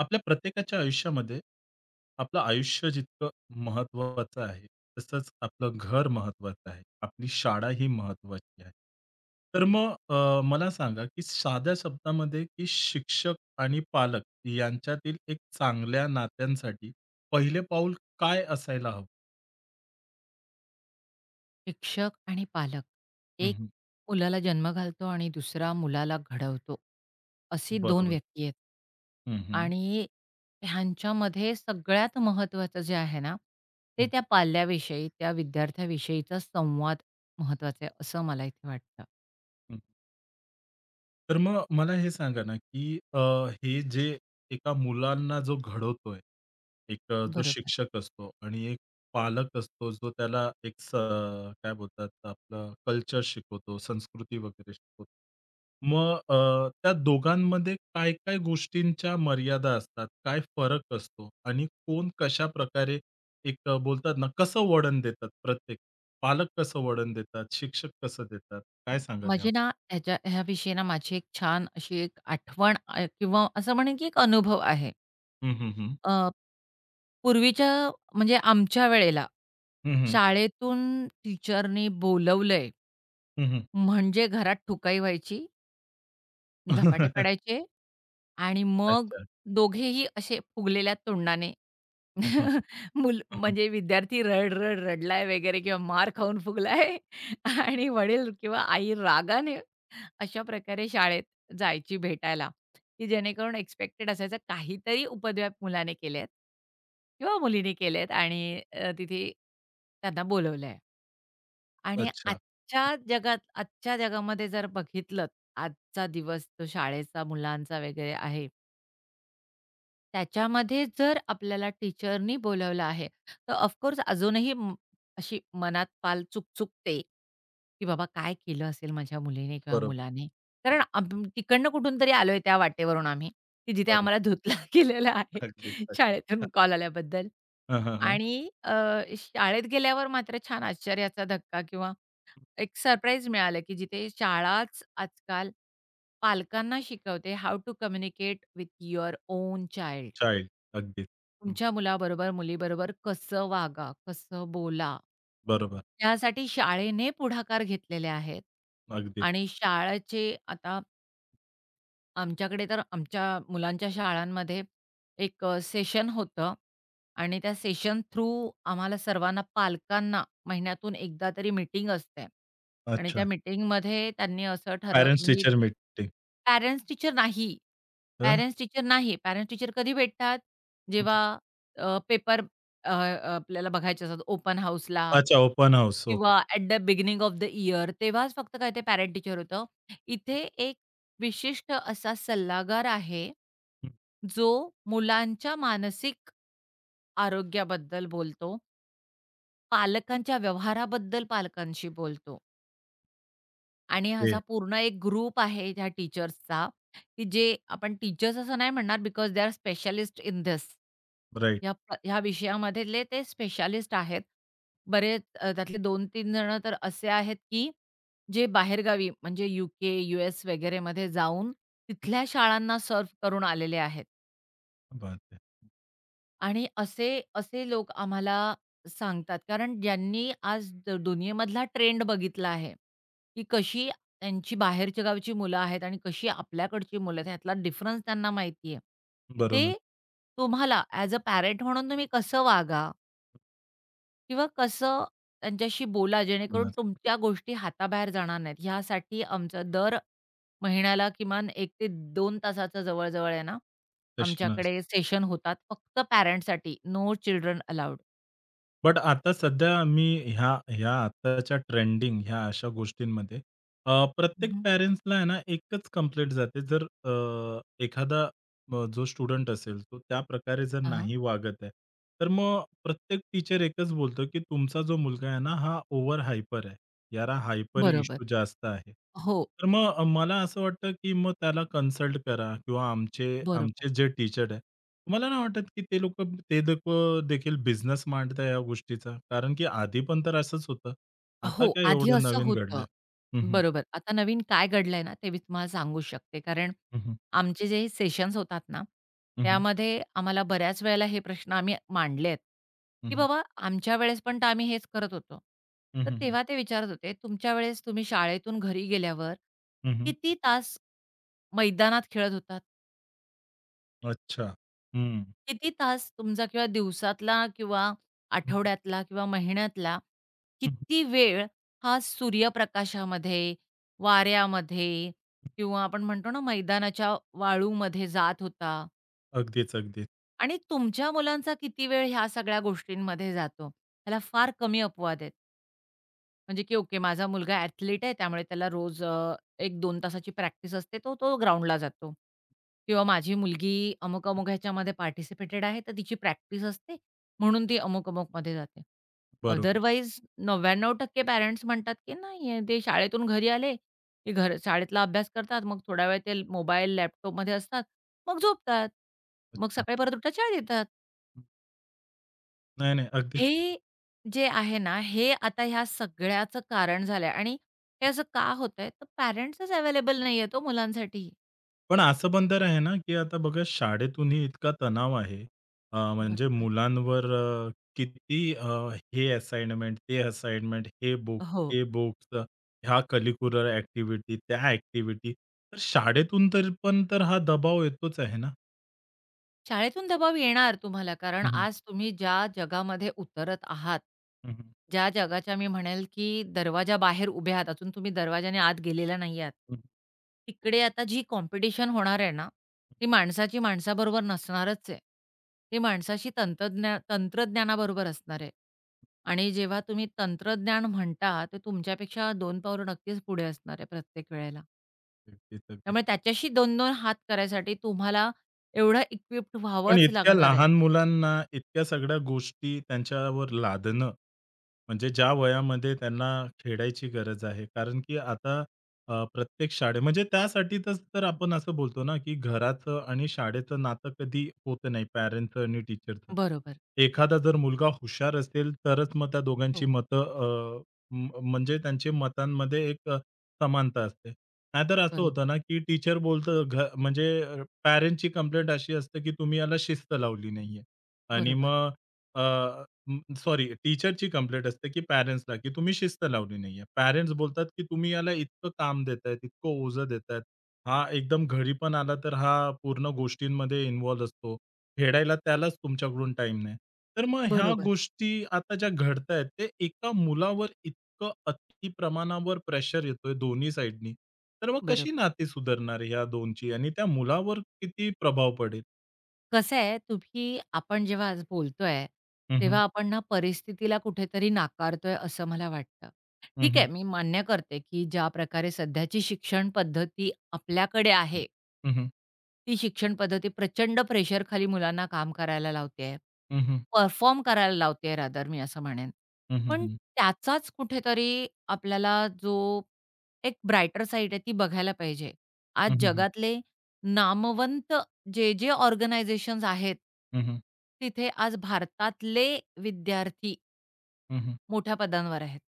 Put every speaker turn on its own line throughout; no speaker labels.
आपल्या प्रत्येकाच्या आयुष्यामध्ये आपलं आयुष्य जितकं महत्त्वाचं आहे, तसंच आपलं घर महत्त्वाचं आहे. आपली शाळा ही महत्त्वाची आहे. तर मग मला सांगा, की साध्या शब्दामध्ये, की शिक्षक आणि पालक यांच्यातील एक चांगल्या नात्यांसाठी पहिले पाऊल काय असायला हवं?
शिक्षक आणि पालक एक
हं,
मुलाला जन्म घालतो आणि दुसरा मुलाला घडवतो अशी दोन
बरोबर.
व्यक्ती आहेत.
हं, हं.
आणि ह्यांच्यामध्ये सगळ्यात महत्त्वाचं जे आहे ना, ते त्या पाल्याविषयी त्या विद्यार्थ्याविषयीचा संवाद महत्त्वाचा आहे असं मला इथे वाटतं.
तर मग मला हे सांगा ना, की हे जे एका मुलांना जो घडवतोय, एक जो
बरोबर.
शिक्षक असतो आणि एक पालक असतो, जो त्याला एक काय बोलतात आपलं कल्चर शिकवतो, संस्कृती वगैरे शिकवतो. मग त्या दोघांमध्ये काय-काय गोष्टींच्या मर्यादा असतात? काय फरक असतो? आणि कोण कशाप्रकारे एक बोलतात ना, कसं वळण देतात प्रत्येक? पालक कसं वळण देतात? शिक्षक कसं देतात? काय सांगाल यावर?
माझी ना ह्याच्या ह्याविषयी ना माझी एक छान अशी एक आठवण किंवा असं म्हणेन की एक अनुभव आहे.
हं, हं, हं.
अ, पूर्वीच्या म्हणजे आमच्या वेळेला,
हं,
शाळेतून टीचरनी बोलवलंय.
हं, हं.
म्हणजे घरात ठुकाई व्हायची, धपाटे पडायचे आणि मग
अच्छा.
दोघेही असे फुगलेल्या तोंडाने
हं, हं, हं.
मुल
हं, हं.
म्हणजे विद्यार्थी रड-रड रडलाय वगैरे किंवा मार खाऊन फुगलाय आणि वडील किंवा आई रागाने अशा प्रकारे शाळेत जायची भेटायला, की जेणेकरून एक्स्पेक्टेड असायचं काहीतरी उपद्व्याप मुलाने केलेत किंवा मुलीने केलेत आणि तिथे त्यांना बोलवलंय. आणि
अच्छा. हं,
आजच्या जगामध्ये जर बघितलंत, आजचा दिवस तो शाळेचा, मुलांचा वगैरे आहे. त्याच्यामध्ये जर आपल्याला टीचरनी बोलावलं आहे, तर ऑफकोर्स अजूनही अशी मनात पाल चुकचुकते, की बाबा काय केलं असेल माझ्या मुलीने किंवा
बरोबर.
मुलाने?
हं,
कारण तिकडनं कुठून तरी आलोय त्या वाटेवरून आम्ही, की जिथे
बरोबर.
आम्हाला धुतला गेलेला आहे
अगदीच, अगदीच.
शाळेतून कॉल आल्याबद्दल.
हं, हं, हं.
आणि शाळेत गेल्यावर मात्र छान आश्चर्याचा धक्का किंवा एक सरप्राईज मिळालं, की जिथे शाळाच आजकाल पालकांना शिकवते, how to communicate with your own child.
Child. अगदीच. हं,
तुमच्या मुलाबरोबर, मुलीबरोबर कसं वागा, कसं बोला,
बरोबर.
त्यासाठी शाळेने पुढाकार घेतलेले आहेत.
अगदीच.
आणि शाळेचे आता आमच्याकडे तर आमच्या मुलांच्या शाळांमध्ये एक सेशन होतं आणि त्या सेशन थ्रू आम्हाला सर्वांना पालकांना महिन्यातून एकदा तरी मीटिंग असते. आणि त्या
अच्छा.
मीटिंगमध्ये त्यांनी असं
पॅरेंट्स
म्हणजे
टीचर
ती
मीटिंग.
पॅरेंट्स टीचर नाही.
हं,
पॅरेंट्स टीचर नाही. पॅरेंट्स टीचर कधी भेटतात?
हं.
जेव्हा पेपर आपल्याला बघायचे असतात ओपन हाऊसला
अच्छा ओपन हाऊस. ओके.
किंवा at the beginning of the year, तेव्हाच फक्त काय ते पॅरेंट टीचर होतं. इथे एक विशिष्ट असा सल्लागार आहे, जो मुलांच्या मानसिक आरोग्याबद्दल बोलतो, पालकांच्या व्यवहाराबद्दल पालकांशी बोलतो. आणि
हे
असा पूर्ण एक ग्रुप आहे ह्या टीचर्सचा, की जे आपण टीचर्स असं नाही म्हणणार, because they are specialist in this,
right.
ह्या विषयामधले ते स्पेशालिस्ट आहेत. बरेच त्यातले 2-3 जण तर असे आहेत, की जे बाहेरगावी म्हणजे यू-के, यू-एस वगैरेमध्ये जाऊन तिथल्या शाळांना सर्व्ह करून आलेले आहेत.
बात है.
आणि असे असे लोक आम्हाला सांगतात, कारण ज्यांनी आज दुनियेमधला ट्रेंड बघितला आहे, की कशी त्यांची बाहेरच्या गावची मुलं आहेत आणि कशी आपल्याकडची मुलं आहेत, ह्यातला डिफरन्स त्यांना माहिती आहे.
बरोबर.
ते तुम्हाला ॲज अ पॅरंट म्हणून तुम्ही कसं वागा किंवा कसं त्यांच्याशी बोला, जेणेकरून
मुलाचं.
तुमच्या गोष्टी हाताबाहेर जाणार नाहीत, ह्यासाठी आमचं दर महिन्याला किमान एक ते दोन तासाचं जवळ-जवळ आहे ना,
तशी नसते.
आमच्याकडे सेशन होतात फक्त पॅरेंट्ससाठी. No children allowed.
बट आता सध्या मी ह्या ह्या आत्ताच्या ट्रेंडिंग ह्या अशा गोष्टींमध्ये
हं,
प्रत्येक
हं.
पॅरेंट्सला आहे ना एकच कंप्लेंट जाते. जर एखादा जो स्टुडंट असेल, तो त्या प्रकारे जर नाही वागत आहे, तर मग प्रत्येक टीचर एकच बोलतो, की तुमचा जो मुलगा आहे ना, हा ओव्हर हायपर आहे. याला हायपर
बरोबर.
इश्यू जास्त आहे.
हो.
तर मग मला असं वाटतं, की मग त्याला कन्सल्ट करा किंवा आमचे
बरोबर.
आमचे जे टीचर आहे. मला नाही वाटत, की ते लोकं देखील बिझनेस मांडताय या गोष्टीचा. कारण की आधी पण तर असंच होतं. आता
हो,
काय
आधी
एवढं
असं
नवीन घडलंय?
होतं.
हं, हं.
बरोबर. आता नवीन काय घडलंय ना, ते मी तुम्हाला सांगू शकते. कारण
हं, हं.
आमचे जे सेशन्स होतात ना,
हं, हं.
त्यामध्ये आम्हाला बऱ्याच वेळेला हे प्रश्न आम्ही मांडलेत, की
हं,
बाबा आमच्या वेळेस पण तर आम्ही हेच करत होतो. तर तेव्हा ते विचारत होते, "तुमच्या वेळेस तुम्ही शाळेतून घरी गेल्यावर किती तास मैदानात खेळत होतात?"
अच्छा. हं.
किती तास तुमचा किंवा दिवसातला किंवा
हं, हं.
आठवड्यातला किंवा महिन्यातला किती वेळ हा सूर्यप्रकाशामध्ये, वाऱ्यामध्ये किंवा आपण म्हणतो ना मैदानाच्या वाळूमध्ये जात होता?
अगदीच, अगदीच.
आणि तुमच्या मुलांचा किती वेळ ह्या सगळ्या गोष्टींमध्ये जातो? ह्याला फार कमी अपवाद आहेत. म्हणजे की ओके, माझा मुलगा ॲथलीट आहे, त्यामुळे त्याला रोज 1-2 तासाची प्रॅक्टिस असते, तो तो ग्राउंडला जातो. किंवा माझी मुलगी अमुक-अमुक ह्याच्यामध्ये पार्टिसिपेटेड आहे, तर तिची प्रॅक्टिस असते, म्हणून ती अमुक-अमुकमध्ये जाते.
बरोबर.
अदरवाईज 99% पॅरेंट्स म्हणतात, की नाही हे ते शाळेतून घरी आले, की घर शाळेतला अभ्यास करतात, मग थोडा वेळ ते मोबाईल, लॅपटॉपमध्ये असतात, मग झोपतात. मग
अच्छा.
सकाळी परत उठतात, शाळेत येतात.
नाही, नाही. अगदीच.
हे जे आहे ना, हे आता ह्या सगळ्याचं कारण झालंय. आणि हे असं का होतंय? तर पॅरेंट्सच अवेलेबल नाहीयेत ओ मुलांसाठी.
पण असं पण तर आहे ना, की आता बघा शाळेतूनही इतका तणाव आहे. म्हणजे
बरोबर.
मुलांवर किती हे असाइनमेंट, ते असाइनमेंट, हे बुक,
हो.
ते बुक्स, ह्या करिक्युलर ॲक्टिव्हिटी, त्या ॲक्टिव्हिटी. तर शाळेतून तर पण तर हा दबाव येतोच आहे ना.
शाळेतून दबाव येणार तुम्हाला, कारण
हं, हं.
आज तुम्ही ज्या जगामध्ये उतरत आहात,
हं,
ज्या जगाच्या मी म्हणेल, की दरवाजाबाहेर उभे आहात, अजून तुम्ही दरवाजाने आत गेलेला नाही आहात. तिकडे आता जी कॉम्पिटिशन होणार आहे ना, ती माणसाची माणसाबरोबर नसणारच आहे. ती माणसाशी तंत्रज्ञानाबरोबर असणार आहे. आणि जेव्हा तुम्ही तंत्रज्ञान म्हणता, ते तुमच्यापेक्षा 2 पावलं नक्कीच पुढे असणार आहे प्रत्येक वेळेला.
अगदीच, अगदीच.
त्यामुळे त्याच्याशी 2-2 हात करायसाठी तुम्हाला एवढं इक्विप्ड
पण
व्हावंच
इतक्या
लागणार आहे.
लहान मुलांना इतक्या सगळ्या गोष्टी त्यांच्यावर लादणं, म्हणजे ज्या वयामध्ये त्यांना खेळायची गरज आहे. कारण की आता प्रत्येक शाळे म्हणजे त्यासाठीच तर आपण असं बोलतो ना, की घराचं आणि शाळेचं नातं कधी होत नाही, पॅरेंट्सचं आणि टीचरचं.
बरोबर.
एखादा जर मुलगा हुशार असेल, तरच मग त्या दोघांची
हो.
मतं म्हणजे त्यांचे मतांमध्ये एक समानता असते. नाहीतर असं होतं
बरोबर,
ना, की टीचर बोलतं म्हणजे कंप्लेंट अशी असते, की तुम्ही याला शिस्त लावली नाहीये. आणि
बरोबर,
मग सॉरी टीचरची कंप्लेंट असते, की पॅरेंट्सला, की तुम्ही शिस्त लावली नाहीये. पॅरेंट्स बोलतात, की तुम्ही याला इतकं काम देतायत, इतकं ओझं देतायत. हा एकदम घरी पण आला तर हा पूर्ण गोष्टींमध्ये इन्व्हॉल्व असतो. खेळायला त्यालाच तुमच्याकडून टाईम नाही. तर मग ह्या
बरोबर,
गोष्टी आता ज्या घडतायत, ते एका मुलावर इतकं अति प्रमाणावर प्रेशर येतोय दोन्ही साइडनी, तर मग कशी
बरोबर.
नाती सुधारणार ह्या दोनची आणि त्या मुलावर किती प्रभाव पडेल?
कसं आहे तुम्ही आपण जेव्हा आज बोलतोय,
हं, हं.
तेव्हा आपण ना परिस्थितीला कुठेतरी नाकारतोय असं मला वाटतं.
हं,
ठीक
हं.
आहे, मी मान्य करते, की ज्या प्रकारे सध्याची शिक्षण पद्धती आपल्याकडे आहे,
हं, हं.
ती शिक्षण पद्धती प्रचंड प्रेशरखाली मुलांना काम करायला लावते,
हं, हं.
परफॉर्म करायला लावते, रादर मी असं म्हणेन.
हं, हं,
पण
हं.
त्याचाच कुठेतरी आपल्याला जो एक ब्राइटर साइड आहे ती बघायला पाहिजे. आज
हं, हं, हं.
जगातले नामवंत जे-जे ऑर्गनायझेशन्स आहेत,
हं, हं.
तिथे आज भारतातले विद्यार्थी
हं,
मोठ्या पदांवर आहेत.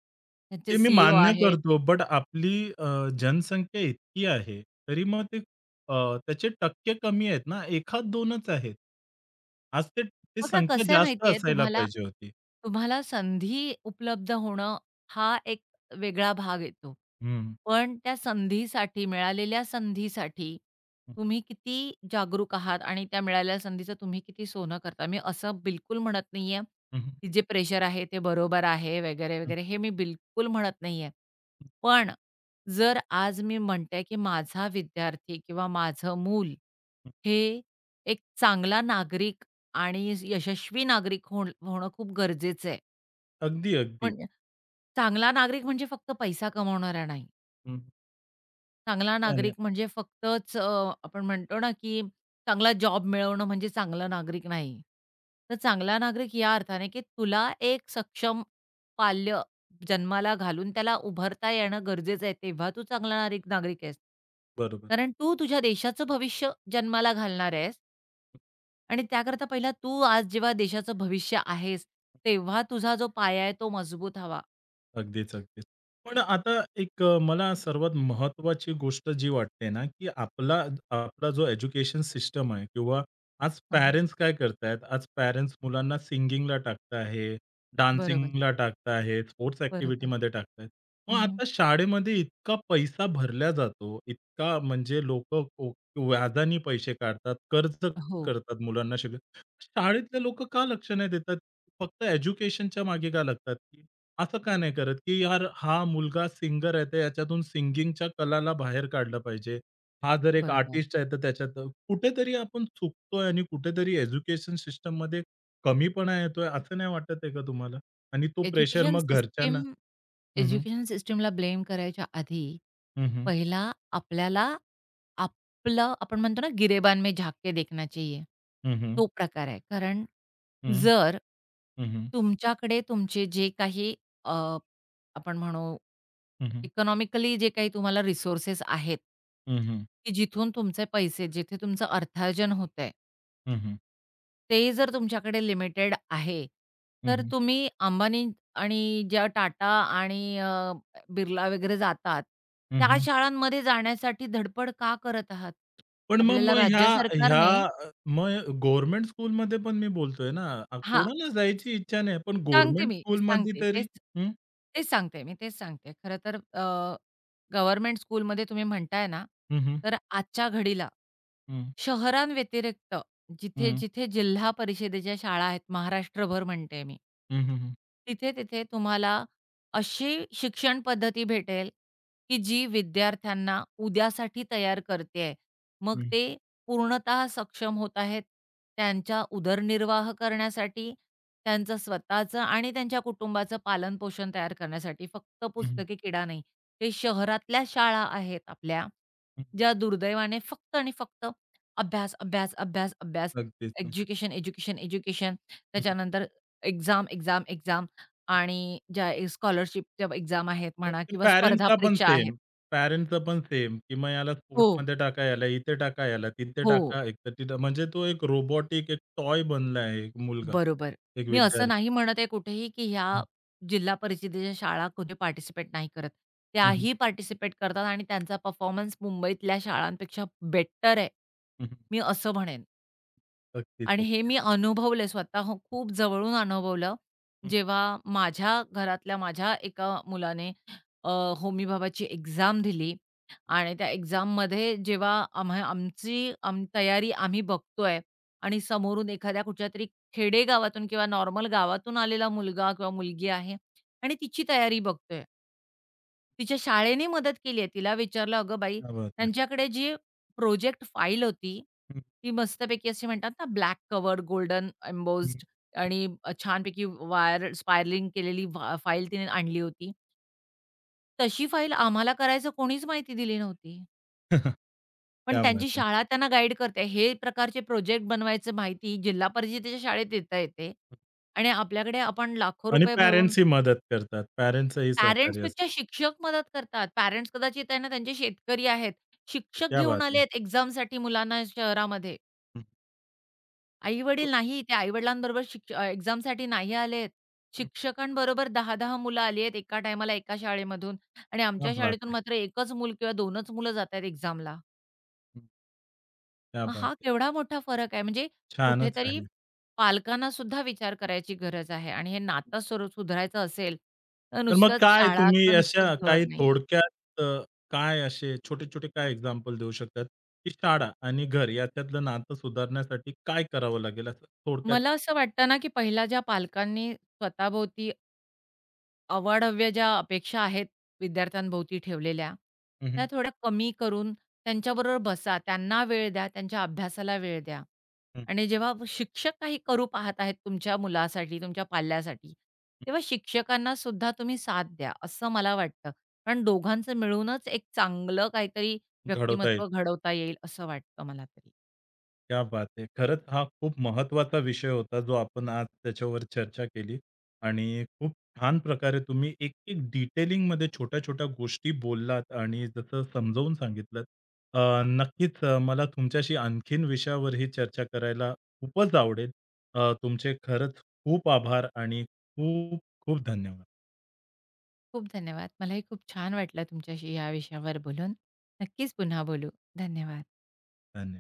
त्यांचे
ते मी
सी
मान्य
आहेत,
करतो, बट आपली अ, जनसंख्या इतकी आहे, तरी मग ते अ, त्याचे टक्के कमी आहेत ना, 1-2च आहेत. आज ते ती
बघा
संख्या
कसं आहे
जास्त
माहिती
असायला
तुम्हाला,
पाहिजे होती.
तुम्हाला संधी उपलब्ध होणं हा एक वेगळा भाग येतो.
हं.
पण त्या संधीसाठी, मिळालेल्या संधीसाठी
हं,
तुम्ही किती जागरूक आहात आणि त्या मिळालेल्या संधीचं तुम्ही किती सोनं करता. मी असं बिलकुल म्हणत नाही आहे,
हं, हं,
की जे प्रेशर आहे ते बरोबर आहे वगैरे,
हं, हं.
वगैरे, हे मी बिलकुल म्हणत नाही. पण जर आज मी म्हणते, की माझा विद्यार्थी किंवा माझं मूल हे एक चांगला नागरिक आणि यशस्वी नागरिक होणं खूप गरजेचं आहे.
अगदी, अगदी.
म्हणजे चांगला नागरिक म्हणजे फक्त पैसा कमावणारा नाही.
हं.
चांगला
नाही, नाही.
नागरिक म्हणजे फक्तच आपण म्हणतो ना, की चांगला जॉब मिळवणं म्हणजे चांगला नागरिक नाही. तर चांगला नागरिक या अर्थाने, की तुला एक सक्षम पाल्य जन्माला घालून त्याला उभरता येणं गरजेचं आहे. तेव्हा तू चांगला नागरिक नागरिक आहेस.
बरोबर.
कारण तू तुझ्या देशाचं भविष्य जन्माला घालणार आहेस. आणि त्याकरता पहिला तू आज जेव्हा देशाचं भविष्य आहेस, तेव्हा तुझा जो पाया आहे तो मजबूत हवा.
अगदीच, अगदीच. पण आता एक मला सर्वात महत्त्वाची गोष्ट जी वाटते ना, की आपला आपला जो एज्युकेशन सिस्टम आहे किंवा आज
हां, हां.
पॅरेंट्स काय करतायत, आज पॅरेंट्स मुलांना सिंगिंगला टाकत आहे,
बरोबर,
डान्सिंगला टाकत आहेत, स्पोर्ट्स
बरोबर.
ॲक्टिव्हिटीमध्ये टाकतायत. मग
हं, हं.
आता शाळेमध्ये इतका पैसा भरला जातो, इतका म्हणजे लोकं को व्याजाने पैसे काढतात, कर्ज
हो,
करतात मुलांना शाळेतले लोकं का लक्ष नाही देतात? फक्त एज्युकेशनच्या मागे का लागतात? असं का नाही करत, की यार हा मुलगा सिंगर आहे, तर याच्यातून सिंगिंगच्या कलाला बाहेर काढलं पाहिजे. हा जर एक
बरोबर.
आर्टिस्ट आहे, तर त्याच्यात कुठेतरी आपण चुकतोय आणि कुठेतरी एज्युकेशन सिस्टममध्ये कमीपणा येतोय, असं नाही वाटत आहे का तुम्हाला? आणि तो प्रेशर
एज्युकेशन
मग
सिस्टम
घरच्यांना. हं, हं.
एज्युकेशन सिस्टमला ब्लेम करायच्या आधी,
हं, हं.
पहिला आपल्याला आपलं आपण म्हणतो ना, गिरेबान में झाँक देखना चाहिए,
हं, हं.
तो प्रकार आहे. कारण
हं,
जर
हं. हं,
तुमच्याकडे तुमचे जे काही अ, आपण म्हणू
हं.
इकॉनॉमिकली जे काही तुम्हाला रिसोर्सेस आहेत,
हं, हं.
की जिथून तुमचे पैसे जिथे तुमचं अर्थार्जन होतंय,
हं,
ते जर तुमच्याकडे लिमिटेड आहे, तर तुम्ही अंबानी आणि ज्या टाटा आणि बिर्ला वगैरे जातात, त्या शाळांमध्ये जाण्यासाठी धडपड का करत आहात?
पण मग
आपल्याला
मग ह्या
राज्य
ह्या
सरकारने
अ, मग गव्हर्नमेंट स्कूलमध्ये पण मी बोलतोय ना,
हां.
कोणाला जायची इच्छा नाही, पण
सांगते
गव्हर्नमेंट
मी,
स्कूलमध्ये
सांगते.
तरी.
तेच तेच सांगते मी, तेच सांगते. खरं तर गव्हर्नमेंट स्कूलमध्ये तुम्ही म्हणताय ना,
हं, हं.
तर आजच्या घडीला
हं, हं.
शहरांव्यतिरिक्त जिथे-जिथे जिल्हा परिषदेच्या शाळा आहेत, महाराष्ट्रभर म्हणते मी.
हं, हं, हं.
तिथे-तिथे तुम्हाला अशी शिक्षण पद्धती भेटेल, की जी विद्यार्थ्यांना उद्यासाठी तयार करतेय.
हं,
मग
हं,
ते पूर्णतः सक्षम होत आहेत, त्यांच्या उदरनिर्वाह करण्यासाठी, त्यांचं स्वतःचं आणि त्यांच्या कुटुंबाचं पालन तयार करण्यासाठी. फक्त
हं.
पुस्तकी किडा नाही. हे शहरातल्या शाळा आहेत आपल्या, ज्या दुर्दैवाने फक्त आणि फक्त अभ्यास, अभ्यास, अभ्यास, अभ्यास.
अगदीच. हं,
एज्युकेशन, एज्युकेशन, एज्युकेशन.
हं, हं.
त्याच्यानंतर एक्झाम, एक्झाम, एक्झाम आणि ज्या स्कॉलरशिपच्या एक्झाम आहेत म्हणा किंवा स्पर्धा
पॅरेंट्सला पण
परीक्षा आहेत.
सेम. पॅरेंट्सचं पण सेम, की मग याला
हो,
स्पोर्ट्समध्ये टाका, याला इथे टाका, याला तिथे
हो.
टाका, एक तर तिथं म्हणजे तो एक रोबोटिक एक टॉय बनला आहे एक मुलगा,
बरोबर.
एक
मी असं
विद्यार्थी.
नाही म्हणत आहे कुठेही, की ह्या
हं,
जिल्हा परिषदेच्या शाळा कुठे पार्टिसिपेट नाही करत.
हं, हं.
त्याही पार्टिसिपेट करतात आणि त्यांचा परफॉर्मन्स मुंबईतल्या शाळांपेक्षा बेटर आहे,
हं, हं.
मी असं म्हणेन.
अगदीच,
आणि हे
अगदीच.
मी अनुभवलं स्वतः हो, खूप जवळून अनुभवलं.
हं.
जेव्हा माझ्या घरातल्या माझ्या एका मुलाने अ, होमी भाबाची एक्झाम दिली आणि त्या एक्झाममध्ये जेव्हा आम्हा आमची आम तयारी आम्ही बघतोय आणि समोरून एखाद्या कुठच्यातरी खेडेगावातून किंवा नॉर्मल गावातून आलेला मुलगा किंवा मुलगी आहे आणि तिची तयारी बघतोय. तिच्या शाळेने मदत केली आहे. तिला विचारलं, "अगं बाई,
क्या बात है!
त्यांच्याकडे जी प्रोजेक्ट फाईल होती"
हं,
ती मस्तपैकी अशी म्हणतात ना, ब्लॅक कवर्ड, गोल्डन
हं.
एम्बोस्ड आणि छानपैकी वायर स्पायरलिंग केलेली फाईल तिने आणली होती. तशी फाईल आम्हाला करायचं कोणीच माहिती दिली नव्हती. पण
क्या बात
त्यांची
है!
शाळा त्यांना गाईड करते. हे प्रकारचे प्रोजेक्ट बनवायचं माहिती जिल्हा परिषदेच्या शाळेत देता येते. आणि आपल्याकडे आपण लाखो
आणि
रुपये भरून
पॅरेंट्सही मदत करतात. पॅरेंट्सचंही सहकार्य असतं.
पॅरेंट्सपेक्षा शिक्षक मदत करतात. पॅरेंट्स कदाचित आहे ना, त्यांचे शेतकरी आहेत. शिक्षक
क्या बात
घेऊन आले
है!
आहेत एक्झामसाठी मुलांना शहरामध्ये.
हं.
आई-वडील नाही, ते आई-वडिलांबरोबर एक्झामसाठी नाही आलेत.
हं.
शिक्षकांबरोबर 10-10 मुलं आली आहेत एका टायमाला एका शाळेमधून आणि
क्या
आमच्या
बात
शाळेतून
है!
मात्र 1च मूल किंवा 2च मुलं जात आहेत एक्झामला.
हं. क्या
मग
बात
हा केवढा मोठा फरक आहे. म्हणजे
छानच
कुठेतरी
आहे.
पालकांना सुद्धा विचार करायची गरज आहे आणि हे नातं स्वरूप सुधारायचं असेल, तर
तर मग
नुसतंच
काय
शाळा
तुम्ही
किंवा नुसतंच
अशा
घर
काही
नाहीये.
थोडक्यात काय असे छोटे-छोटे काय एक्झाम्पल देऊ शकतात, की शाळा आणि घर याच्यातलं नातं सुधारण्यासाठी काय करावं लागेल असं थोडक्यात?
मला असं वाटतं ना, की पहिला ज्या पालकांनी स्वतःभोवती अवाढव्य ज्या अपेक्षा आहेत विद्यार्थ्यांभोवती ठेवलेल्या,
हं,
त्या
हं.
थोड्या कमी करून त्यांच्याबरोबर बसा, त्यांना वेळ द्या, त्यांच्या अभ्यासाला वेळ द्या.
हं,
आणि जेव्हा शिक्षक काही करू पाहत आहेत तुमच्या मुलासाठी, तुमच्या पाल्यासाठी, तेव्हा शिक्षकांना सुद्धा तुम्ही साथ द्या, असं मला वाटतं. कारण दोघांचं मिळूनच एक चांगलं काहीतरी
घडवता येईल?
व्यक्तिमत्त्व घडवता येईल असं वाटतं मला तरी.
क्या बात है! खरंच हा खूप महत्त्वाचा विषय होता, जो आपण आज त्याच्यावर चर्चा केली आणि खूप छान प्रकारे तुम्ही एक-एक डिटेलिंगमध्ये छोट्या-छोट्या गोष्टी बोललात आणि जसं समजावून सांगितलंत. अ, नक्कीच मला तुमच्याशी आणखीन विषयावर ही चर्चा करायला खूपच आवडेल. तुमचे खरंच खूप आभार आणि खूप खूप धन्यवाद.
खूप धन्यवाद. मलाही खूप छान वाटलं तुमच्याशी या विषयावर बोलून. नक्कीच पुन्हा बोलू. धन्यवाद.
धन्यवाद.